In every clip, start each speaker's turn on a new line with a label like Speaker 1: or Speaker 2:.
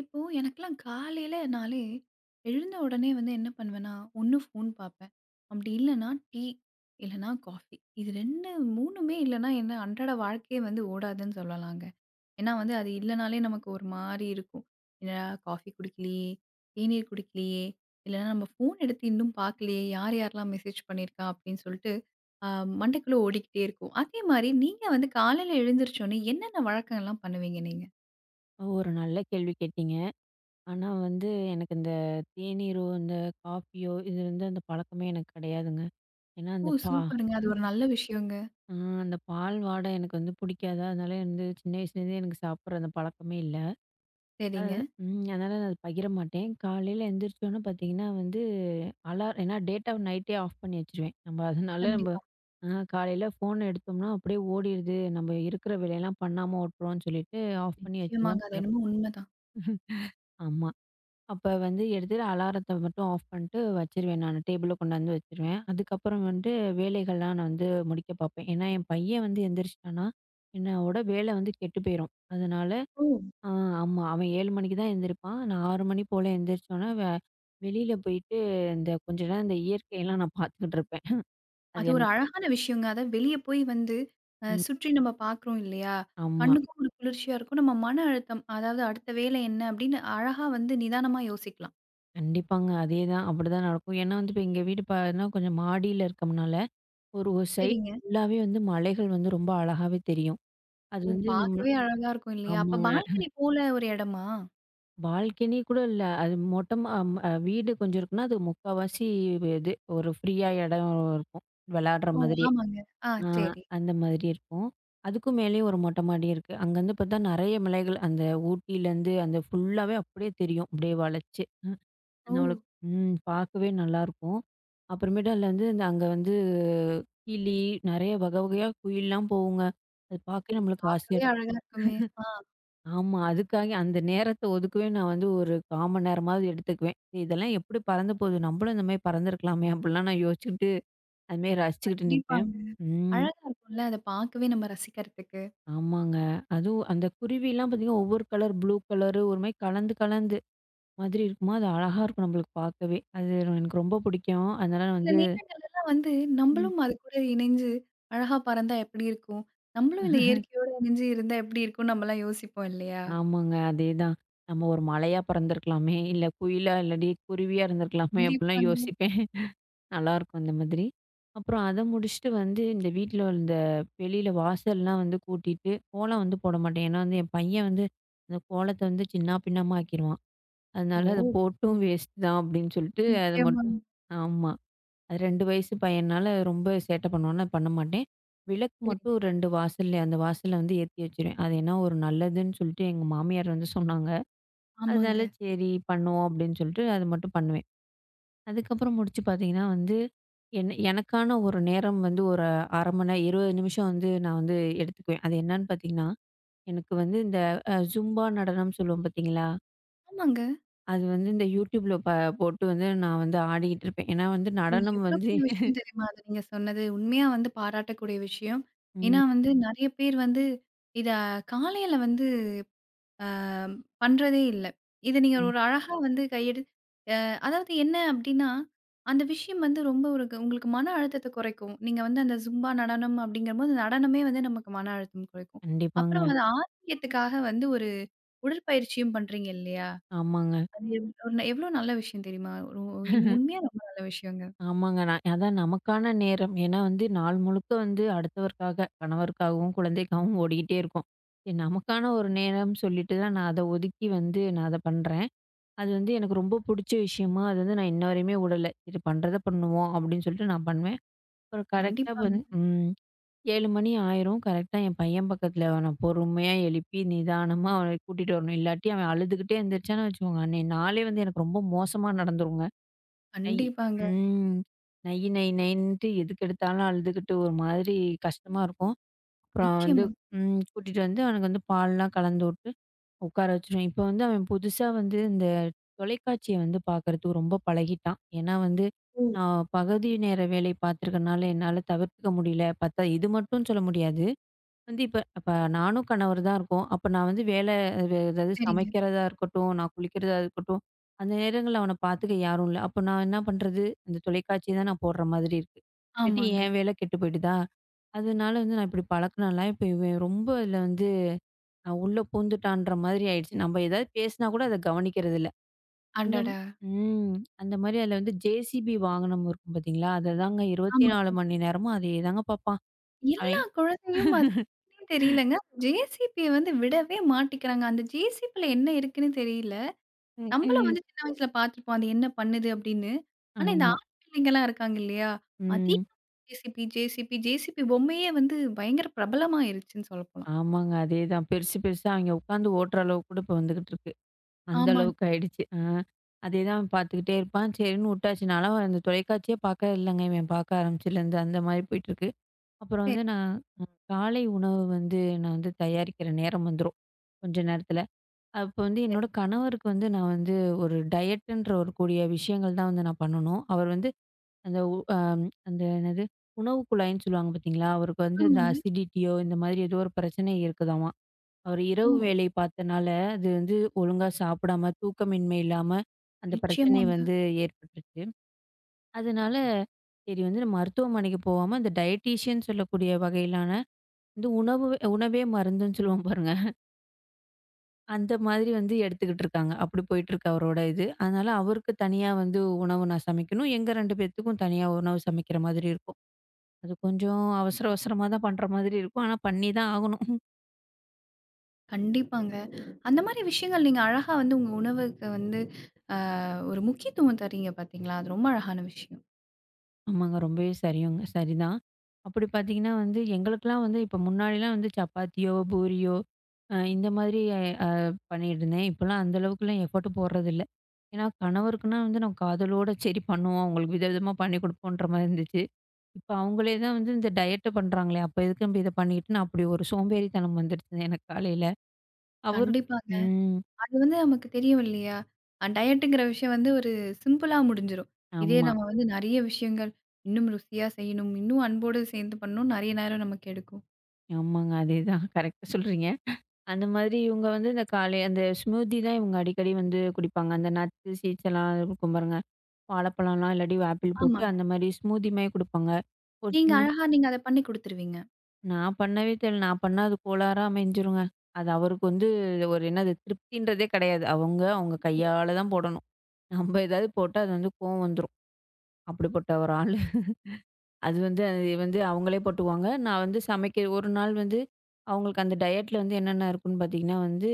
Speaker 1: இப்போ எனக்கெல்லாம் காலையிலனாலே எழுந்த உடனே வந்து என்ன பண்ணுவேன்னா, ஒண்ணு ஃபோன் பார்ப்பேன். அப்படி இல்லன்னா டீ, இல்லன்னா காஃபி. இது 2 3மே இல்லன்னா என்ன அன்றாட வாழ்க்கையே வந்து ஓடாதுன்னு சொல்லலாங்க. ஏன்னா வந்து அது இல்லனாலே நமக்கு ஒரு மாரி இருக்கும். என்னடா காஃபி குடிக்கலையே, தேநீர் குடிக்கலையே, இல்லன்னா நம்ம ஃபோன் எடுத்து இன்னும் பார்க்கலையே, யார் யாரெல்லாம் மெசேஜ் பண்ணியிருக்கா அப்படின்னு சொல்லிட்டு அ மண்டைக்குள்ள ஓடிக்கிட்டே இருக்கும். அதே மாரி நீங்க வந்து காலையில எழுந்திரிச்சோனே என்னென்ன வழக்கங்கள்லாம் பண்ணுவீங்க நீங்க?
Speaker 2: ஒரு நல்ல கேள்வி கேட்டீங்க. ஆனா வந்து எனக்கு இந்த தேநீரோ, இந்த காஃபியோ இது வந்து அந்த பழக்கமே எனக்கு கிடையாதுங்க. ஏன்னா
Speaker 1: ஓ!
Speaker 2: அந்த பா
Speaker 1: சூப்பருங்க. அது ஒரு நல்ல விஷயங்க.
Speaker 2: ஆ அந்த பால் வாடை எனக்கு வந்து பிடிக்காதா, அதனால வந்து சின்ன வயசுலேருந்தே எனக்கு சாப்பிட்ற அந்த பழக்கமே இல்ல. அது
Speaker 1: சரிங்க.
Speaker 2: அதனால நான் அத பகிர மாட்டேன். காலையில எந்திரிச்சோனே பார்த்தீங்கன்னா வந்து அலார் ஏன்னா டேட்டாவ நைட்டே ஆஃப் பண்ணி வச்சுருவேன். நம்ம அதனால
Speaker 1: கண்டிப்பா.
Speaker 2: ஆ காலையில ஃபோன எடுத்தோம்னா அப்படியே ஓடிருது. நம்ம இருக்கிற வேலையெல்லாம் பண்ணாம விட்டுருவோம்னு சொல்லிட்டு ஆஃப் பண்ணி வச்சு
Speaker 1: நிச்சயமாங்க.
Speaker 2: தான்
Speaker 1: அது என்னமோ உண்மதான்.
Speaker 2: ஆமா. அப்ப வந்து எடுத்துட்டு அலாரத்த மட்டும் ஆஃப் பண்ணிட்டு வச்சுருவேன் நானு. டேபிள்ல கொண்டாந்து வச்சுருவேன். அதுக்கப்புறம் வந்து வேலைகள்லாம் நான் வந்து முடிக்க பார்ப்பேன். ஏன்னா, என் பையன் வந்து எந்திரிச்சுட்டான்னா, என்னோட வேலை வந்து கெட்டு போயிரும். அதனால
Speaker 1: ஓ!
Speaker 2: ஆ ஆமா. அவன் 7 மணிக்கு தான் எந்திரிப்பான். நான் 6 மணி போல எந்திரிச்சோன்னே, வெளியில போயிட்டு இந்த கொஞ்ச நேரம் இந்த இயற்கையெல்லாம் நான் பார்த்துக்கிட்டு இருப்பேன். அது
Speaker 1: அது ஒரு
Speaker 2: எனக்கு
Speaker 1: அழகான விஷயங்க. அத வெளிய போய் வந்து
Speaker 2: ம்.
Speaker 1: சுற்றி நம்ம பார்க்குறோம் இல்லையா?
Speaker 2: ஆமா.
Speaker 1: கண்ணுக்கும் ஒரு குளிர்ச்சியா இருக்கும். நம்ம மன அழுத்தம், அதாவது அடுத்த வேலை என்ன அப்படின்னு அழகா வந்து நிதானமா யோசிக்கலாம்.
Speaker 2: கண்டிப்பாங்க. அதேதான். அப்படிதான் நடக்கும். ஏன்னா வந்து இப்ப எங்க வீடு பாத்தீங்கன்னா, கொஞ்சம் மாடியில இருக்கம்னால, ஒரு ஒரு சைடு
Speaker 1: சரிங்க.
Speaker 2: ஃபுல்லாவே வந்து மலைகள் வந்து ரொம்ப அழகாவே தெரியும். அது
Speaker 1: ஓ!
Speaker 2: வந்து நம்ம
Speaker 1: பார்க்கவே அழகா இருக்கும் இல்லையா? அப்ப
Speaker 2: ஆமாங்க.
Speaker 1: பால்கனி போல ஒரு இடமா?
Speaker 2: பால்கனி கூட இல்ல. அது மொட்ட மா அம் அ வீடு கொஞ்சம் இருக்குன்னா, அது முக்காவாசி இது ஒரு ஃப்ரீயா இடம் இருக்கும். விளையாடுற
Speaker 1: ஓ!
Speaker 2: மாதிரியே.
Speaker 1: ஆமாங்க. ஆ
Speaker 2: ஆ
Speaker 1: சரி.
Speaker 2: அந்த மாதிரி இருக்கும். அதுக்கும் மேலேயும் ஒரு மொட்டை மாடி இருக்கு. அங்கருந்து பார்த்தா நெறைய மலைகள். அந்த ஊட்டியிலேருந்து அந்த ஃபுல்லாவே அப்படியே தெரியும். அப்படியே வளைச்சு.
Speaker 1: ஓ!
Speaker 2: நம்மளுக்கு பார்க்கவே நல்லாயிருக்கும். அப்புறமேட்டு அதில வந்து இந்த அங்க வந்து கிளி, நெறைய வகை வகையா குயில்லாம் போகுங்க. அது பார்க்கவே
Speaker 1: இது
Speaker 2: நம்மளுக்கு ஆசையா
Speaker 1: பார்க்கவே
Speaker 2: இருக்கும்.
Speaker 1: அழகா இருக்குமே! ஆ
Speaker 2: ஆமா. அதுக்காக அந்த நேரத்த ஒதுக்கவே நான் வந்து ஒரு 1/4 மணி நேரமாவது எடுத்துக்குவேன். இதெல்லாம் எப்படி பறந்து போகுது? நம்மளும் இந்த மாரி பறந்துருக்கலாமே! அப்படிலாம் நான் யோசிச்சுக்கிட்டு, அது மாரி ரசிச்சுக்கிட்டு நிப்பேன்.
Speaker 1: கண்டிப்பாங்க.
Speaker 2: ம்.
Speaker 1: அழகா இருக்கும்ல. அத பார்க்கவே நம்ம ரசிக்கிறதுக்கு.
Speaker 2: ஆமாங்க. அதுவும் அந்த குருவிலாம் பார்த்தீங்கன்னா, ஒவ்வொரு கலர் ப்ளூ கலரு ஒரு மாரி கலந்து கலந்து மாதிரி இருக்குமா, அது அழகா இருக்கும் நம்மளுக்கு பார்க்கவே. அது எனக்கு ரொம்ப பிடிக்கும். அதனால
Speaker 1: சில
Speaker 2: வந்து
Speaker 1: நேரம் வந்து
Speaker 2: ம்.
Speaker 1: நம்மளும் அது கூட இணைஞ்சு அழகா பறந்தா எப்படி இருக்கும்? நம்மளும் இந்த இயற்கையோட இணைஞ்சு இருந்தா எப்படி இருக்கும்? நம்மலாம் யோசிப்போம் இல்லையா?
Speaker 2: ஆமாங்க. அதேதான். நம்ம ஒரு மலையா பறந்துருக்கலாமே! இல்ல குயிலா இல்லாட்டி குருவியா இருந்திருக்கலாமே! அப்படிலாம்
Speaker 1: கண்டிப்பாங்க.
Speaker 2: யோசிப்பேன். நல்லாயிருக்கும் அந்த மாதிரி. அப்புறம் அத முடிச்சுட்டு வந்து இந்த வீட்ல இந்த வெளியில வாசல்லாம் வந்து கூட்டிட்டு, கோலம் வந்து போட மாட்டேன். ஏன்னா வந்து என் பையன் வந்து அந்த கோலத்த வந்து சின்னா பின்னமா ஆக்கிருவான். அதனால அத
Speaker 1: ஓ!
Speaker 2: போட்டும் வேஸ்ட் தான் அப்படின்னு சொல்லிட்டு அத
Speaker 1: நிச்சயமாங்க.
Speaker 2: மட்டும் ஆமா. அது 2 வயசு பையன்னால ரொம்ப சேட்டை பண்ணுவான்னா பண்ண மாட்டேன். விளக்கு
Speaker 1: சரி.
Speaker 2: மட்டும் 2 வாசல்ல அந்த வாசல்ல வந்து ஏத்தி வச்சுருவேன். அது ஏன்னா ஒரு நல்லதுன்னு சொல்லிட்டு எங்க மாமியார் வந்து சொன்னாங்க. அதனால
Speaker 1: ஆமாங்க.
Speaker 2: சரி பண்ணுவோம் அப்படின்னு சொல்லிட்டு அத மட்டும் பண்ணுவேன். அதுக்கப்புறம் முடிச்சு பார்த்தீங்கன்னா வந்து, எனக்கான ஒரு நேரம் வந்து ஒரு 1/2 மணி நேரம் 20 நிமிஷம் வந்து நான் வந்து எடுத்துக்குவேன். அது என்னன்னு பார்த்தீங்கன்னா, எனக்கு வந்து இந்த ஜும்பா நடனம் சொல்லுவோம் பார்த்தீங்களா?
Speaker 1: ஆமாங்க.
Speaker 2: அது வந்து இந்த யூடியூப்ல போட்டு வந்து நான் வந்து ஆடிக்கிட்டு இருப்பேன். ஏன்னா வந்து
Speaker 1: அது
Speaker 2: நடனம்
Speaker 1: எவ்ளோ
Speaker 2: வந்து
Speaker 1: பெரிய விஷயம் தெரியுமா? அது நீங்க சொன்னது. உண்மையா வந்து பாராட்டக்கூடிய விஷயம்.
Speaker 2: ம்,
Speaker 1: ஏன்னா வந்து நெறைய பேர் வந்து இத காலையில வந்து ஆ பண்றதே இல்ல. இத நீங்க
Speaker 2: ம்.
Speaker 1: ஒரு அழகா ஆமா. வந்து கையெடு அ அதாவது என்ன அப்டின்னா, அந்த விஷயம் வந்து ரொம்ப ஒரு உங்களுக்கு மன அழுத்தத்த குறைக்கும். நீங்க வந்து அந்த ஜும்பா நடனம் அப்டிங்கும்போது, நடனமே வந்து நமக்கு மன அழுத்தம் குறைக்கும். அப்புறம்
Speaker 2: கண்டிப்பாங்க.
Speaker 1: அது ஆமா. ஆரோக்கியத்துக்காக வந்து ஒரு உடற்பயிற்சியும் பண்றீங்க இல்லையா?
Speaker 2: ஆமாங்க,
Speaker 1: அது ஒரு எவ்ளோ நல்ல விஷயம் தெரியுமா? ஒரு உண்மையா ரொம்ப நல்ல விஷயங்க.
Speaker 2: ஆமாங்க. நான் அதான் நமக்கான நேரம். ஏன்னா வந்து நாள் முழுக்க வந்து அடுத்தவருக்காக, கணவருக்காகவும், குழந்தைக்காகவும் ஓடிக்கிட்டே இருக்கோம். சரி நமக்கான ஒரு நேரம் சொல்லிட்டு தான் நான் அத ஒதுக்கி வந்து நான் அத பண்றேன். அது வந்து எனக்கு ரொம்ப பிடிச்ச விஷயமா, அது வந்து நான் இன்ன வரையுமே விடல. "இது பண்றத பண்ணுவோம்." அப்படின்னு சொல்லிட்டு நான் பண்ணுவேன். அப்புறம் கரெக்ட்டா
Speaker 1: கண்டிப்பாங்க,
Speaker 2: வந்து ம். 7 மணி ஆயிரும். கரெக்ட்டா என் பையன் பக்கத்துல அவன பொறுமையா எழுப்பி, நிதானமா அவன கூட்டிட்டு வரணும். இல்லாட்டி அவன் அழுதுகிட்டே எந்திரிச்சான்னு வச்சுக்கோங்க, அன்னைய நாளே வந்து எனக்கு ரொம்ப மோசமா நடந்துருங்க. நை
Speaker 1: கண்டிப்பாங்க.
Speaker 2: ம். நை நை நைன்ட்டு எதுக்கெடுத்தாலும் அழுதுகிட்டு ஒரு மாதிரி கஷ்டமா இருக்கும். அப்புறம் வந்து
Speaker 1: நிச்சயமா.
Speaker 2: ம், கூட்டிட்டு வந்து அவனுக்கு வந்து பால்லாம் கலந்து விட்டு உட்கார வச்சுருவேன். இப்போ வந்து அவன் புதுசா வந்து இந்த தொலைக்காட்சிய வந்து பார்க்கறதுக்கு ரொம்ப பழகிட்டான். ஏன்னா வந்து
Speaker 1: ம்.
Speaker 2: நான் பகுதி நேர வேலை பார்த்துருக்கனால என்னால தவிர்த்துக்க முடியல. பார்த்தா இது மட்டும் சொல்ல முடியாது. வந்து இப்ப அப்ப நானும் கணவர் தான் இருக்கோம். அப்ப நான் வந்து வேலை அது ஏதாவது
Speaker 1: சரிங்க.
Speaker 2: சமைக்கிறதா இருக்கட்டும், நான் குளிக்கிறதா இருக்கட்டும், அந்த நேரங்கள்ல அவன பார்த்துக்க யாரும் இல்ல. அப்ப நான் என்ன பண்றது? அந்த தொலைக்காட்சி தான் நான் போடுற மாதிரி இருக்கு. இல்லாட்டி
Speaker 1: ஆமாங்க.
Speaker 2: என் வேலை கெட்டு போயிடுதா? அதனால வந்து நான் இப்படி பழக்குனலாம், இப்ப இவன் ரொம்ப இதுல வந்து நான் உள்ள பூந்துட்டான்ற மாதிரி ஆயிடுச்சு. நம்ம ஏதாவது பேசினா கூட அத கவனிக்கிறது இல்ல. அந்த ம-
Speaker 1: அடடா!
Speaker 2: ம். அந்த மாரி அதுல வந்து ஜேசிபி வாகனம் இருக்கும் பார்த்தீங்களா? அததாங்க
Speaker 1: ஆமா.
Speaker 2: 24 மணி நேரமும் அதே தாங்க பார்ப்பான்
Speaker 1: எல்லா
Speaker 2: அவன்.
Speaker 1: குழந்தையும் அது என்னன்னே தெரியலங்க. ஜேசிபிய வந்து விடவே மாட்டிக்கிறாங்க. அந்த ஜேசிபில என்ன இருக்குன்னு தெரியல.
Speaker 2: ம்.
Speaker 1: நம்மளும்
Speaker 2: ம்.
Speaker 1: வந்து சின்ன வயசுல பார்த்துருப்போம். அது என்ன பண்ணுது அப்படின்னு. ஆனா, இந்த
Speaker 2: ஆமா.
Speaker 1: ஆண் பிள்ளைங்கலாம் இருக்காங்க இல்லையா?
Speaker 2: ம்.
Speaker 1: அதிகமா ஜேசிபி, ஜேசிபி, ஜேசிபி பொம்மையே வந்து பயங்கர பிரபலமாயிருச்சுன்னு சொல்லப்போலாம்.
Speaker 2: ஆமாங்க. அதேதான். பெருசு பெருசா அவிங்க உட்காந்து ஓட்டுற அளவுக்கு கூட இப்ப வந்துகிட்டு இருக்கு. அந்த
Speaker 1: ஆமாங்க.
Speaker 2: அளவுக்கு ஆயிடுச்சு. ஆ. அதேதான் அவன் பார்த்துக்கிட்டே இருப்பான். சரின்னு வுட்டாச்சு. நான்லாம் அந்த தொலைக்காட்சியே பார்க்கறது இல்லங்க. இவன் பார்க்க ஆரம்பிச்சதுலேருந்து அந்த மாரி போயிட்டுருக்கு. அப்புறம்
Speaker 1: சரி,
Speaker 2: வந்து நான் காலை உணவு வந்து நான் வந்து தயாரிக்கிற நேரம் வந்துரும். கொஞ்ச நேரத்தில. அப்போ வந்து என்னோட
Speaker 1: சரி.
Speaker 2: கணவருக்கு வந்து நான் வந்து ஒரு டயட்டுன்ற ஒரு கூடிய விஷயங்கள் தான் வந்து நான் பண்ணணும். அவர் வந்து அந்த உ அ அந்த என்னது உணவு குழாய்ன்னு சொல்லுவாங்க பார்த்தீங்களா? அவருக்கு வந்து இந்த
Speaker 1: ஆமாங்க.
Speaker 2: அசிடிட்டியோ இந்த மாதிரி ஏதோ ஒரு பிரச்சனை இருக்குதாமா. அவர் இரவு
Speaker 1: ஓ!
Speaker 2: வேலை பார்த்தனால, அது வந்து ஒழுங்கா சாப்பிடாம, தூக்கமின்மை இல்லாம, அந்த பிரச்சனை
Speaker 1: நிச்சயமாங்க.
Speaker 2: வந்து ஏற்பட்டுருச்சு. அதனால, சரி வந்து நம்ம மருத்துவமனைக்கு போகாம, இந்த டயட்டீஷியன் சொல்லக்கூடிய வகையிலான இந்த உணவு உணவே மருந்துன்னு சொல்லுவோம் பாருங்க. அந்த மாதிரி வந்து எடுத்துக்கிட்டு இருக்காங்க. அப்படி போயிட்டுருக்கு அவரோட இது. அதனால அவருக்கு தனியா வந்து உணவு நான் சமைக்கணும். எங்க 2 பேத்துக்கும் தனியா உணவு சமைக்கிற மாதிரி இருக்கும். அது கொஞ்சம் அவசர அவசரமா தான் பண்ற மாதிரி இருக்கும். ஆனா பண்ணி தான் ஆகணும்.
Speaker 1: கண்டிப்பாங்க. அந்த மாரி விஷயங்கள் நீங்க அழகா வந்து உங்க உணவுக்கு வந்து ஒரு முக்கியத்துவம் தர்றீங்க பார்த்தீங்களா? அது ரொம்ப அழகான விஷயம்.
Speaker 2: ஆமாங்க. ரொம்பவே சரியுங்க சரிதான். அப்படி பார்த்தீங்கன்னா வந்து எங்களுக்கெல்லாம் வந்து இப்போ முன்னாடிலாம் வந்து சப்பாத்தியோ, பூரியோ இந்த மாதிரி அ பண்ணிட்டுருந்தேன். இப்போலாம் அந்த அளவுக்குலாம் எஃபோர்ட் போடுறதில்ல. ஏன்னா கணவருக்குன்னா வந்து நான் காதலோட சரி பண்ணுவோம். அவங்களுக்கு வித விதமா பண்ணி குடுப்போன்ற மாரி இருந்துச்சு. இப்போ அவங்களே தான் வந்து இந்த டயட்ட பண்ணுறாங்களே, அப்போ எதுக்கு நம்ம இத பண்ணிக்கிட்டு நான் அப்படி ஒரு சோம்பேறித்தனம் வந்துடுச்சுங்க எனக்கு காலையில. அவருக்கு
Speaker 1: கண்டிப்பாங்க.
Speaker 2: ம்.
Speaker 1: அது வந்து நமக்கு தெரியும் இல்லையா? டயட்டுங்கிற விஷயம் வந்து ஒரு சிம்பிளா முடிஞ்சிரும். இதே
Speaker 2: ஆமா.
Speaker 1: நம்ம வந்து நெறைய விஷயங்கள் இன்னும் ருசியா செய்யணும், இன்னும் அன்போடு சேர்ந்து பண்ணணும் நெறைய நேரம் நமக்கு எடுக்கும்.
Speaker 2: ஆமாங்க. அதேதான் கரெக்ட்டா சொல்றீங்க. அந்த மாதிரி இவங்க வந்து இந்த காலை அந்த ஸ்மூதி தான் இவங்க அடிக்கடி வந்து குடிப்பாங்க. அந்த நட்ஸ், சீட்ஸ் எல்லாம் இருக்கும் பாருங்க. வாழைப்பழம்லாம் இல்லாட்டி ஆப்பிள் போட்டு
Speaker 1: ஆமாங்க.
Speaker 2: அந்த மாரி ஸ்மூதி மாரி குடுப்பாங்க. ஒரு சின்ன
Speaker 1: நீங்க அத பண்ணி குடுத்துருவீங்க.
Speaker 2: நான் பண்ணவே தெரில. நான் பண்ணா அது கோளாறா அமைஞ்சிருங்க. அது அவருக்கு வந்து ஒரு என்னது திருப்தின்றதே கிடையாது. அவங்க அவங்க கையால தான் போடணும். நம்ம ஏதாவது போட்டா அது வந்து கோவம் வந்துரும். அப்படிப்பட்ட ஒரு ஆளு. அது வந்து அவங்களே போட்டுக்குவாங்க. நான் வந்து சமைக்க ஒரு நாள் வந்து அவங்களுக்கு அந்த டயட்ல வந்து என்னென்ன இருக்குன்னு பார்த்தீங்கன்னா வந்து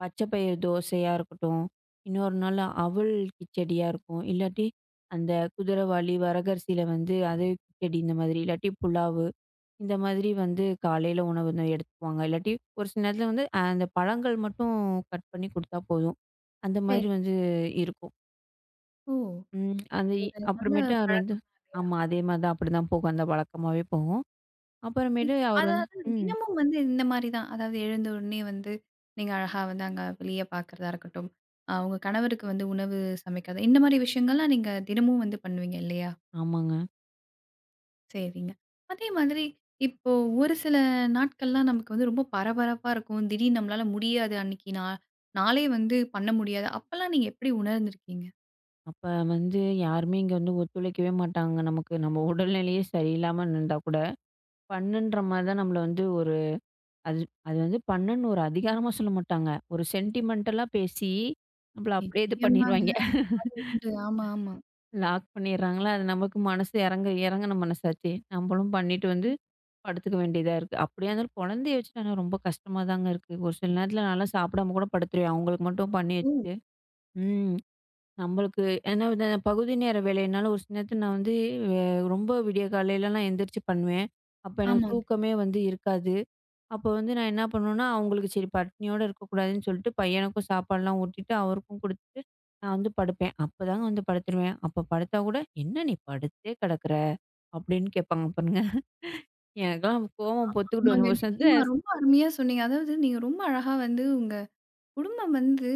Speaker 2: பச்சை பயிறு தோசையா இருக்கட்டும், இன்னொரு நாள் அவல் கிச்சடியா இருக்கும். இல்லாட்டி அந்த குதிரைவாலி, வரகரிசியில வந்து அது கிச்சடி இந்த மாதிரி. இல்லாட்டி புலாவு, இந்த மாதிரி வந்து காலையில உணவு வந்து எடுத்துக்குவாங்க. இல்லாட்டி ஒரு சில நேரத்துல வந்து அந்த பழங்கள் மட்டும் கட் பண்ணி குடுத்தா போதும். அந்த
Speaker 1: சரி.
Speaker 2: மாதிரி வந்து இருக்கும்.
Speaker 1: ஓ!
Speaker 2: ம்.
Speaker 1: அது ஒரு நல்ல
Speaker 2: அப்புறமேட்டு அவர் வந்து
Speaker 1: பழக்கம் தான் இல்லையா?
Speaker 2: ஆமா. அதே மாதிரி தான். அப்படிதான் போகும். அந்த வழக்கமாவே போகும். அப்புறமேட்டு
Speaker 1: நிச்ச
Speaker 2: அவர் வந்து
Speaker 1: அதாவது
Speaker 2: ம்.
Speaker 1: தினமும் வந்து இந்த மாரி தான். அதாவது எழுந்த உடனே வந்து நீங்க அழகா வந்து அங்க வெளிய பார்க்கறதா இருக்கட்டும், உங்க கணவருக்கு வந்து உணவு சமைக்கிறது, இந்த மாரி விஷயங்கள்லாம் நீங்க தினமும் வந்து பண்ணுவீங்க இல்லையா?
Speaker 2: ஆமாங்க.
Speaker 1: சரிங்க. அதே மாதிரி இப்போ ஒரு சில நாட்கள்லாம் நமக்கு வந்து ரொம்ப பரபரப்பா இருக்கும். திடீர்னு நம்மளால முடியாது. அன்னைக்கு நாளே வந்து பண்ண முடியாது. அப்பலாம் நீங்க எப்படி உணர்ந்திருக்கீங்க?
Speaker 2: அப்ப வந்து யாருமே இங்க வந்து ஒத்துழைக்கவே மாட்டாங்க. நமக்கு நம்ம உடல்நிலையே சரியில்லாம இருந்தா கூட, பண்ணுன்ற மாரி தான் நம்மள வந்து ஒரு அது அது வந்து பண்ணுன்னு ஒரு அதிகாரமா சொல்ல மாட்டாங்க. ஒரு சென்டிமென்டலா பேசி, நம்மள அப்படியே இது
Speaker 1: நிச்சயமாங்க.
Speaker 2: பண்ணிருவாய்ங்க.
Speaker 1: அந்த மாதிரி உண்டு. ஆமா, ஆமா.
Speaker 2: லாக் பண்ணிடுறாங்களா, அது நமக்கு மனசு இறங்க இறங்குன மனசாச்சே. நம்மளும் பண்ணிட்டு வந்து படுத்துக்க வேண்டியதா இருக்கு. அப்படியா இருந்தாலும் குழந்தைய வச்சுட்டு ஆனா ரொம்ப கஷ்டமா தாங்க இருக்கு. ஒரு சில நேரத்துல நான்லாம் சாப்பிடாம கூட படுத்துருவேன். அவங்களுக்கு மட்டும் பண்ணி
Speaker 1: இப்போ
Speaker 2: வச்சுட்டு. ம். நம்மளுக்கு ஏன்னா வந்து அந்த பகுதி நேர வேலையினால ஒரு சில நேரத்துல நான் வந்து அ ரொம்ப விடிய காலையிலலாம் எந்திரிச்சு பண்ணுவேன். அப்ப எனக்கு
Speaker 1: ஆமாங்க.
Speaker 2: தூக்கமே வந்து இருக்காது. அப்போ வந்து நான் என்ன பண்ணுவேன்னா, அவங்களுக்கு சரி பட்னியோட இருக்கக்கூடாதுன்னு சொல்லிட்டு பையனுக்கும் சாப்பாடுலாம் ஊட்டிட்டு, அவருக்கும் குடுத்துட்டு நான் வந்து படுப்பேன். அப்பதாங்க வந்து படுத்துருவேன். அப்ப படுத்தா கூட, "என்ன நீ படுத்தே கிடக்குற?" அப்படின்னு கேட்பாங்க பாருங்க. எனக்கெல்லாம் கோவம் பொத்துக்கிட்டு வரும்.
Speaker 1: ஆமாங்க.
Speaker 2: ஒரு சமயத்துல
Speaker 1: நிச்சயமா ரொம்ப அருமையா சொன்னீங்க. அதாவது நீங்க ரொம்ப அழகா வந்து உங்க குடும்பம் வந்து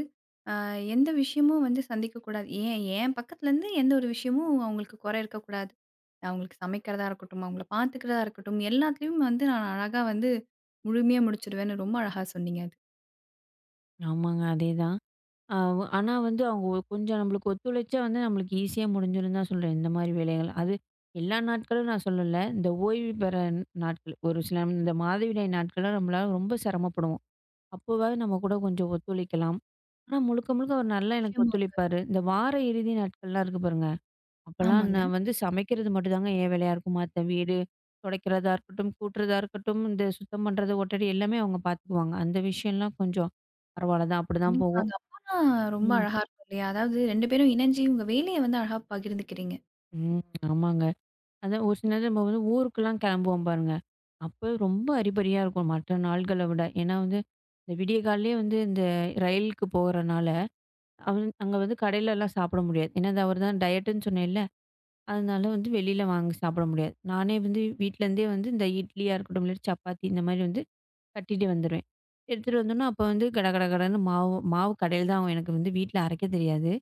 Speaker 1: எந்த விஷயமும் வந்து சந்திக்கக்கூடாது. ஏன் என் பக்கத்துலருந்து எந்த ஒரு விஷயமும் அவங்களுக்கு குறை இருக்கக்கூடாது. அவங்களுக்கு சமைக்கிறதா இருக்கட்டும், அவங்கள பார்த்துக்கிறதா இருக்கட்டும், எல்லாத்துலயும் வந்து நான் அழகா வந்து முழுமையா முடிச்சுடுவேன்னு ரொம்ப அழகா சொன்னீங்க அது.
Speaker 2: ஆமாங்க. அதேதான். அ வ ஆனா வந்து அவங்க கொஞ்சம் நம்மளுக்கு ஒத்துழைச்சா வந்து நம்மளுக்கு ஈஸியா முடிஞ்சிரும்னு தான் சொல்றேன். இந்த மாரி வேலைகள். அது எல்லா நாட்களும் நான் சொல்லல. இந்த ஓய்வு பெற நாட்கள். ஒரு சில இந்த மாதவிடாய் நாட்கள்லாம் நம்மளால ரொம்ப சிரமப்படுவோம். அப்போவாவது நம்ம கூட கொஞ்சம் ஒத்துழைக்கலாம். ஆனா முழுக்க முழுக்க அவர் நல்லா எனக்கு
Speaker 1: நிச்சயமா.
Speaker 2: ஒத்துழைப்பாரு. இந்த வார இறுதி நாட்கள்லாம் இருக்கு பாருங்க. அப்பலாம்
Speaker 1: ஆமாங்க.
Speaker 2: நான் வந்து சமைக்கிறது மட்டும் தாங்க என் வேலையா இருக்கும். மத்த வீடு துடைக்கிறதா இருக்கட்டும், கூட்டுறதா இருக்கட்டும், இந்த சுத்தம் பண்றது, ஒட்டடி எல்லாமே அவங்க பார்த்துக்குவாங்க. அந்த விஷயம்லாம் கொஞ்சம் பரவாயில்ல தான். அப்படிதான் போகும்.
Speaker 1: கண்டிப்பாங்க. அப்போனா ரொம்ப
Speaker 2: ம்.
Speaker 1: அழகா இருக்கும் இல்லையா? அதாவது 2 பேரும் இணைஞ்சு உங்க வேலைய வந்து அழகா பகிர்ந்துக்கிறீங்க.
Speaker 2: ம். ஆமாங்க. அதான் ஒரு சில நேரம் நம்ம வந்து ஊருக்கெல்லாம் கிளம்புவோம் பாருங்க. அப்போ ரொம்ப அரிபரியா இருக்கும் மற்ற நாள்கள விட. ஏன்னா வந்து, இந்த விடிய காலையிலேயே வந்து இந்த ரயிலுக்கு போறனால, அவன் அங்க வந்து கடையிலலாம் சாப்பிட முடியாது. ஏன்னா அது அவர் தான் டயட்டுன்னு சொன்னேன்ல. அதனால வந்து வெளியில வாங்கி சாப்பிட முடியாது. நானே வந்து வீட்லேருந்தே வந்து இந்த இட்லியா இருக்கட்டும், இல்லாட்டி சப்பாத்தி இந்த மாதிரி வந்து கட்டிட்டு வந்துருவேன். எடுத்துட்டு வந்தோன்னே அப்போ வந்து கட கட கடன்னு மாவு மாவு கடையில தான் ஆவும். எனக்கு வந்து வீட்ல அரைக்க தெரியாது.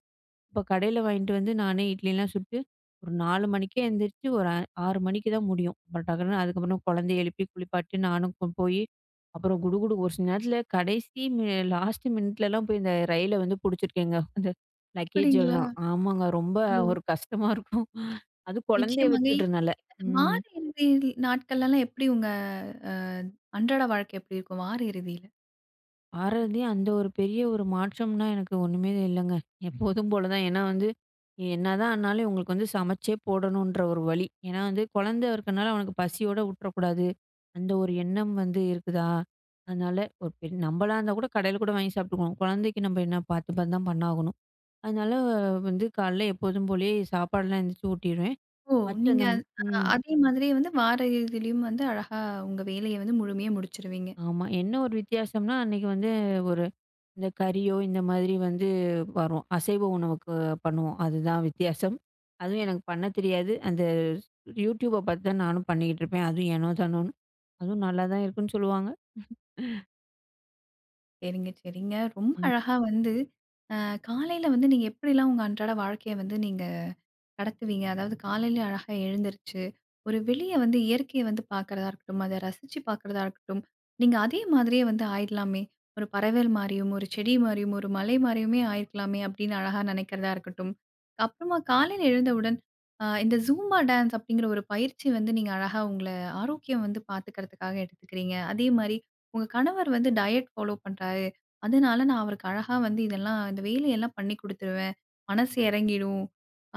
Speaker 2: இப்ப கடையில வாங்கிட்டு வந்து நானே இட்லிலாம் சுட்டு, ஒரு 4 மணிக்கே எந்திரிச்சு ஒரு அ 6 மணிக்கு தான் முடியும். அப்புறம் டக்குன்னு அதுக்கப்புறம் குழந்தைய எழுப்பி குளிப்பாட்டி நானும் போயி, அப்புறம் குடுகுடு ஒரு சில நேரத்தில கடைசி மி லாஸ்ட் மினிட்லலாம் போய் இந்த ரயில வந்து புடிச்சிருக்கேங்க. அந்த லக்கேஜ்
Speaker 1: அப்படிங்களா?
Speaker 2: எல்லாம். ஆமாங்க. ரொம்ப
Speaker 1: ஓ!
Speaker 2: ஒரு கஷ்டமா இருக்கும். அதுவும் குழந்தைய
Speaker 1: நிச்சயமாங்க.
Speaker 2: வச்சுக்கிட்டனால.
Speaker 1: இந்த
Speaker 2: ம்.
Speaker 1: வார இறுதி நாட்கள்லலாம் எப்படி உங்க அ அன்றாட வாழ்க்கை எப்படி இருக்கும் வார இறுதியில?
Speaker 2: பாரதி அந்த ஒரு பெரிய ஒரு மாற்றம்னா எனக்கு ஒண்ணுமே இல்லங்க. ம். எப்போதும் போல தான். ஏன்னா வந்து, என்னதான் ஆனாலும் இவங்களுக்கு வந்து சமைச்சே போடணுன்ற ஒரு வழி. ஏன்னா வந்து குழந்தை இருக்கனால அவனுக்கு பசியோட விட்டுறக்கூடாது. அந்த ஒரு எண்ணம் வந்து இருக்குதா? அதனால ஒரு பெ நம்மளா இருந்தா கூட கடையில கூட வாங்கி சாப்பிட்டுக்குவோம். குழந்தைக்கு நம்ம என்ன பார்த்து பார்த்து தான் பண்ணாகணும். அதனால வந்து காலைல எப்போதும் போலயே சாப்பாடுலாம் எந்திரிச்சு ஊட்டிருவேன்.
Speaker 1: ஓ!
Speaker 2: மத்த
Speaker 1: நீங்க
Speaker 2: நம்
Speaker 1: அ
Speaker 2: ம்.
Speaker 1: அதே மாதிரியே வந்து வார இறுதியிலயும் வந்து அழகா உங்க வேலைய வந்து முழுமையா முடிச்சுருவீங்க.
Speaker 2: ஆமா. என்ன ஒரு வித்தியாசம்னா, அன்னைக்கு வந்து ஒரு இந்த கறியோ, இந்த மாதிரி வந்து வரும். அசைவ உணவுக்கு பண்ணுவோம். அதுதான் வித்தியாசம். அதுவும் எனக்கு பண்ண தெரியாது. அந்த யூடியூப பார்த்து தான் நானும் பண்ணிக்கிட்டு இருப்பேன். அதுவும் ஏனோ தானோன்னு. அதுவும் நல்லா தான் இருக்குன்னு சொல்லுவாங்க.
Speaker 1: சரிங்க, சரிங்க. ரொம்ப
Speaker 2: ம்.
Speaker 1: அழகா வந்து அ காலையில வந்து நீங்க எப்படிலாம் உங்க அன்றாட வாழ்க்கைய வந்து நீங்க கடத்துவீங்க. அதாவது காலையில அழகா எழுந்திருச்சு, ஒரு வெளிய வந்து இயற்கைய வந்து பார்க்கிறதா இருக்கட்டும், அத ரசிச்சு பார்க்கிறதா இருக்கட்டும், நீங்க அதே மாதிரியே வந்து ஆயிடலாமே! ஒரு பறவைகள் மாரியும், ஒரு செடி மாரியும், ஒரு மலை மாரியுமே ஆயிருக்கலாமே! அப்படின்னு அழகா நினைக்கிறதா இருக்கட்டும். அப்புறமா காலையில எழுந்தவுடன், இந்த ஜூம்பா டான்ஸ் அப்படிங்கிற ஒரு பயிற்சி வந்து நீங்க அழகா உங்கள ஆரோக்கியம் வந்து பார்த்துக்கிறதுக்காக எடுத்துக்கிறீங்க. அதே மாரி உங்க கணவர் வந்து டயட் ஃபாலோ பண்றாரு. அதனால நான் அவருக்கு அழகா வந்து இதெல்லாம் இந்த வேலையெல்லாம் பண்ணி குடுத்துருவேன். மனசு இறங்கிடும்.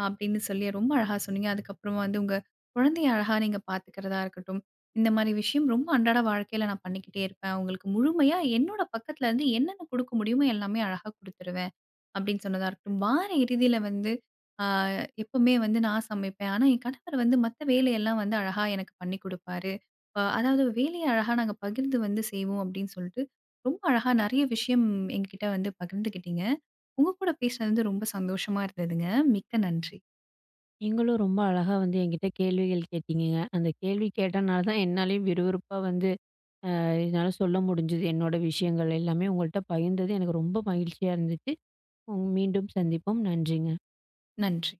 Speaker 1: அப்படின்னு சொல்லி ரொம்ப அழகா சொன்னீங்க. அதுக்கப்புறமா வந்து உங்க குழந்தைய அழகா நீங்க பார்த்துக்கிறதா இருக்கட்டும். இந்த மாரி விஷயம் ரொம்ப அன்றாட வாழ்க்கையில நான் பண்ணிக்கிட்டே இருப்பேன். உங்களுக்கு முழுமையா என்னோட பக்கத்துல இருந்து என்னென்ன குடுக்க முடியுமோ எல்லாமே அழகா குடுத்துருவேன். அப்படின்னு சொன்னதா இருக்கட்டும். வார இறுதியில வந்து ஆ எப்பவுமே வந்து நான் சமைப்பேன். ஆனா என் கணவர் வந்து மத்த வேலையெல்லாம் வந்து அழகா எனக்கு பண்ணி குடுப்பாரு. அதாவது வேலைய அழகா நாங்க பகிர்ந்து வந்து செய்வோம் அப்படின்னு சொல்லிட்டு, ரொம்ப அழகா நெறைய விஷயம் எங்ககிட்ட வந்து பகிர்ந்துக்கிட்டீங்க. உங்க கூட பேசினது வந்து ரொம்ப சந்தோஷமா இருந்ததுங்க. மிக்க நன்றி.
Speaker 2: நீங்களும் ரொம்ப அழகா வந்து என்கிட்ட கேள்விகள் கேட்டீங்கங்க. அந்த கேள்வி கேட்டனால தான் என்னாலயும் விறுவிறுப்பா வந்து என்னால சொல்ல முடிஞ்சது. என்னோட விஷயங்கள் எல்லாமே உங்கள்ட்ட பகிர்ந்தது எனக்கு ரொம்ப மகிழ்ச்சியா இருந்துச்சு. மீண்டும் சந்திப்போம். நன்றிங்க.
Speaker 1: நன்றி.